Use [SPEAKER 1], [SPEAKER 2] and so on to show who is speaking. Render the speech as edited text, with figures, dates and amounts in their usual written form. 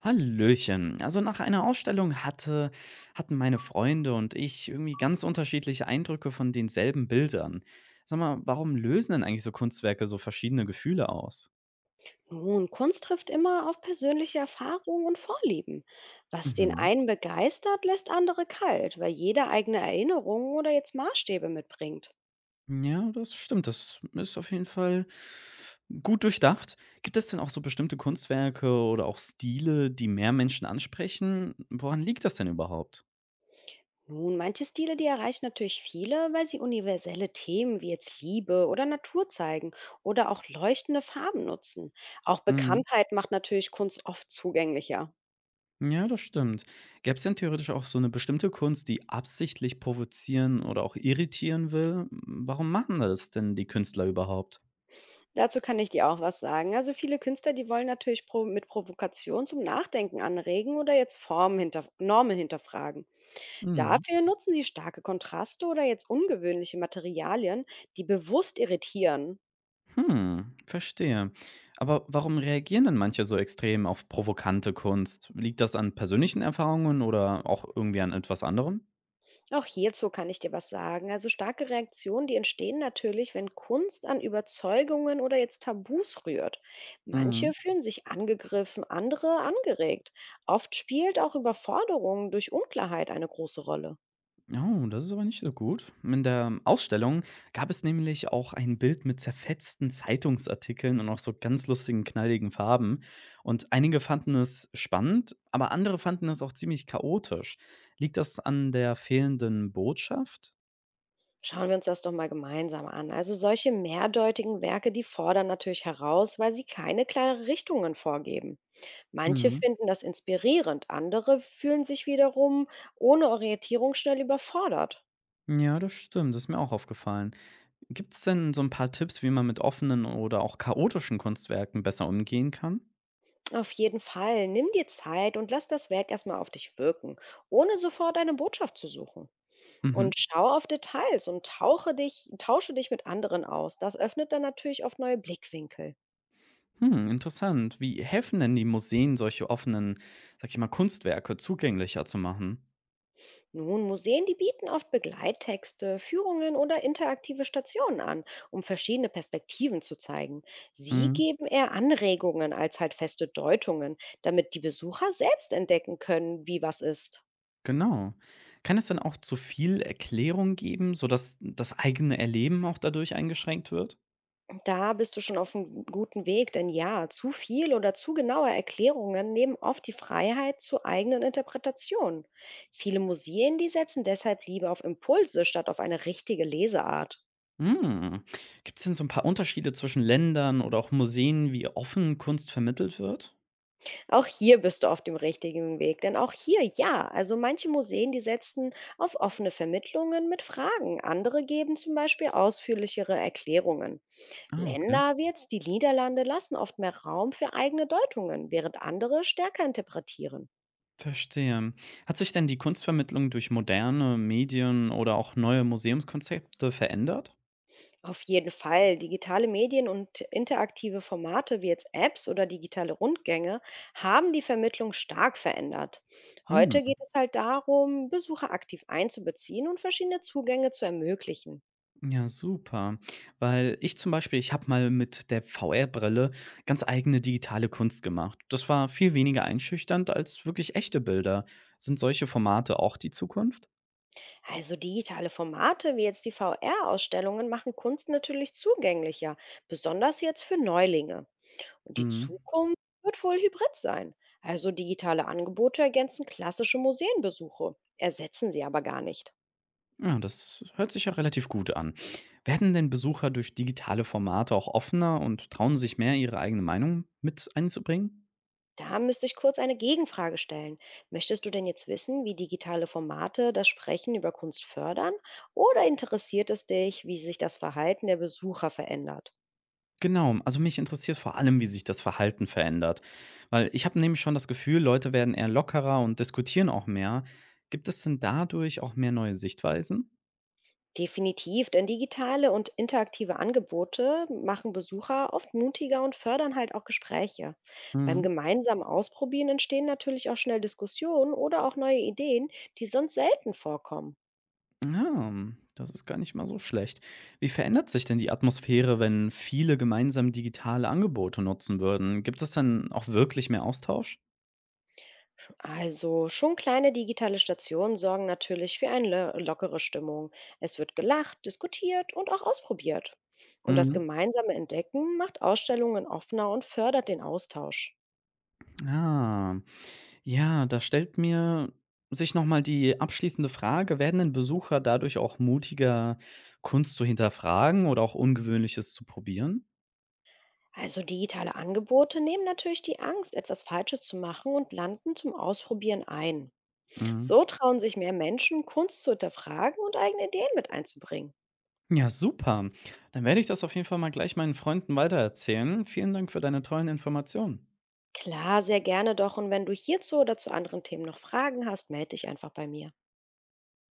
[SPEAKER 1] Hallöchen. Also nach einer Ausstellung hatten meine Freunde und ich irgendwie ganz unterschiedliche Eindrücke von denselben Bildern. Sag mal, warum lösen denn eigentlich so Kunstwerke so verschiedene Gefühle aus?
[SPEAKER 2] Nun, Kunst trifft immer auf persönliche Erfahrungen und Vorlieben. Was den
[SPEAKER 1] Mhm.
[SPEAKER 2] einen begeistert, lässt andere kalt, weil jeder eigene Erinnerungen oder jetzt Maßstäbe mitbringt.
[SPEAKER 1] Ja, das stimmt. Das ist auf jeden Fall gut durchdacht. Gibt es denn auch so bestimmte Kunstwerke oder auch Stile, die mehr Menschen ansprechen? Woran liegt das denn überhaupt?
[SPEAKER 2] Nun, manche Stile, die erreichen natürlich viele, weil sie universelle Themen wie jetzt Liebe oder Natur zeigen oder auch leuchtende Farben nutzen. Auch
[SPEAKER 1] Mhm.
[SPEAKER 2] Bekanntheit macht natürlich Kunst oft zugänglicher.
[SPEAKER 1] Ja, das stimmt. Gäbe es denn theoretisch auch so eine bestimmte Kunst, die absichtlich provozieren oder auch irritieren will? Warum machen das denn die Künstler überhaupt?
[SPEAKER 2] Dazu kann ich dir auch was sagen. Also viele Künstler, die wollen natürlich pro mit Provokation zum Nachdenken anregen oder jetzt Formen hinter Normen hinterfragen.
[SPEAKER 1] Mhm.
[SPEAKER 2] Dafür nutzen sie starke Kontraste oder jetzt ungewöhnliche Materialien, die bewusst irritieren.
[SPEAKER 1] Hm, verstehe. Aber warum reagieren denn manche so extrem auf provokante Kunst? Liegt das an persönlichen Erfahrungen oder auch irgendwie an etwas anderem?
[SPEAKER 2] Auch hierzu kann ich dir was sagen. Also starke Reaktionen, die entstehen natürlich, wenn Kunst an Überzeugungen oder jetzt Tabus rührt.
[SPEAKER 1] Mhm.
[SPEAKER 2] Manche fühlen sich angegriffen, andere angeregt. Oft spielt auch Überforderung durch Unklarheit eine große Rolle.
[SPEAKER 1] Oh, das ist aber nicht so gut. In der Ausstellung gab es nämlich auch ein Bild mit zerfetzten Zeitungsartikeln und auch so ganz lustigen, knalligen Farben. Und einige fanden es spannend, aber andere fanden es auch ziemlich chaotisch. Liegt das an der fehlenden Botschaft?
[SPEAKER 2] Schauen wir uns das doch mal gemeinsam an. Also solche mehrdeutigen Werke, die fordern natürlich heraus, weil sie keine klare Richtungen vorgeben. Manche
[SPEAKER 1] Mhm.
[SPEAKER 2] finden das inspirierend, andere fühlen sich wiederum ohne Orientierung schnell überfordert.
[SPEAKER 1] Ja, das stimmt. Das ist mir auch aufgefallen. Gibt es denn so ein paar Tipps, wie man mit offenen oder auch chaotischen Kunstwerken besser umgehen kann?
[SPEAKER 2] Auf jeden Fall, nimm dir Zeit und lass das Werk erstmal auf dich wirken, ohne sofort eine Botschaft zu suchen. Und
[SPEAKER 1] Mhm.
[SPEAKER 2] schau auf Details und tausche dich mit anderen aus. Das öffnet dann natürlich oft neue Blickwinkel.
[SPEAKER 1] Hm, interessant. Wie helfen denn die Museen, solche offenen, sag ich mal, Kunstwerke zugänglicher zu machen?
[SPEAKER 2] Nun, Museen, die bieten oft Begleittexte, Führungen oder interaktive Stationen an, um verschiedene Perspektiven zu zeigen. Sie
[SPEAKER 1] Mhm,
[SPEAKER 2] geben eher Anregungen als halt feste Deutungen, damit die Besucher selbst entdecken können, wie was ist.
[SPEAKER 1] genau. Kann es dann auch zu viel Erklärung geben, sodass das eigene Erleben auch dadurch eingeschränkt wird?
[SPEAKER 2] Da bist du schon auf einem guten Weg, denn ja, zu viel oder zu genaue Erklärungen nehmen oft die Freiheit zur eigenen Interpretation. Viele Museen, die setzen deshalb lieber auf Impulse statt auf eine richtige Leseart.
[SPEAKER 1] Hm. Gibt es denn so ein paar Unterschiede zwischen Ländern oder auch Museen, wie offen Kunst vermittelt wird?
[SPEAKER 2] Auch hier bist du auf dem richtigen Weg, denn auch hier ja. Also manche Museen, die setzen auf offene Vermittlungen mit Fragen. Andere geben zum Beispiel ausführlichere Erklärungen.
[SPEAKER 1] Ah, okay.
[SPEAKER 2] Länder wie jetzt die Niederlande lassen oft mehr Raum für eigene Deutungen, während andere stärker interpretieren.
[SPEAKER 1] Verstehe. Hat sich denn die Kunstvermittlung durch moderne Medien oder auch neue Museumskonzepte verändert?
[SPEAKER 2] Auf jeden Fall. Digitale Medien und interaktive Formate wie jetzt Apps oder digitale Rundgänge haben die Vermittlung stark verändert.
[SPEAKER 1] Hm.
[SPEAKER 2] Heute geht es halt darum, Besucher aktiv einzubeziehen und verschiedene Zugänge zu ermöglichen.
[SPEAKER 1] Ja, super. Weil ich zum Beispiel, Ich habe mal mit der VR-Brille ganz eigene digitale Kunst gemacht. Das war viel weniger einschüchternd als wirklich echte Bilder. Sind solche Formate auch die Zukunft?
[SPEAKER 2] Also digitale Formate wie jetzt die VR-Ausstellungen machen Kunst natürlich zugänglicher, besonders jetzt für Neulinge. Und die
[SPEAKER 1] Mhm.
[SPEAKER 2] Zukunft wird wohl hybrid sein. Also digitale Angebote ergänzen klassische Museenbesuche, ersetzen sie aber gar nicht.
[SPEAKER 1] Ja, das hört sich ja relativ gut an. Werden denn Besucher durch digitale Formate auch offener und trauen sich mehr, ihre eigene Meinung mit einzubringen?
[SPEAKER 2] Da müsste ich kurz eine Gegenfrage stellen. Möchtest du denn jetzt wissen, wie digitale Formate das Sprechen über Kunst fördern? Oder interessiert es dich, wie sich das Verhalten der Besucher verändert?
[SPEAKER 1] Genau, also mich interessiert vor allem, wie sich das Verhalten verändert. Weil ich habe nämlich schon das Gefühl, Leute werden eher lockerer und diskutieren auch mehr. Gibt es denn dadurch auch mehr neue Sichtweisen?
[SPEAKER 2] Definitiv, denn digitale und interaktive Angebote machen Besucher oft mutiger und fördern halt auch Gespräche. Beim
[SPEAKER 1] Mhm.
[SPEAKER 2] gemeinsamen Ausprobieren entstehen natürlich auch schnell Diskussionen oder auch neue Ideen, die sonst selten vorkommen.
[SPEAKER 1] Ja, das ist gar nicht mal so schlecht. Wie verändert sich denn die Atmosphäre, wenn viele gemeinsam digitale Angebote nutzen würden? Gibt es dann auch wirklich mehr Austausch?
[SPEAKER 2] Also schon kleine digitale Stationen sorgen natürlich für eine lockere Stimmung. Es wird gelacht, diskutiert und auch ausprobiert. Und das
[SPEAKER 1] Mhm.
[SPEAKER 2] gemeinsame Entdecken macht Ausstellungen offener und fördert den Austausch.
[SPEAKER 1] Ah. Ja, da stellt mir sich nochmal die abschließende Frage, werden denn Besucher dadurch auch mutiger, Kunst zu hinterfragen oder auch Ungewöhnliches zu probieren?
[SPEAKER 2] Also digitale Angebote nehmen natürlich die Angst, etwas Falsches zu machen und landen zum Ausprobieren ein.
[SPEAKER 1] Mhm.
[SPEAKER 2] So trauen sich mehr Menschen, Kunst zu hinterfragen und eigene Ideen mit einzubringen.
[SPEAKER 1] Ja, super. Dann werde ich das auf jeden Fall mal gleich meinen Freunden weitererzählen. Vielen Dank für deine tollen Informationen.
[SPEAKER 2] Klar, sehr gerne doch. Und wenn du hierzu oder zu anderen Themen noch Fragen hast, melde dich einfach bei mir.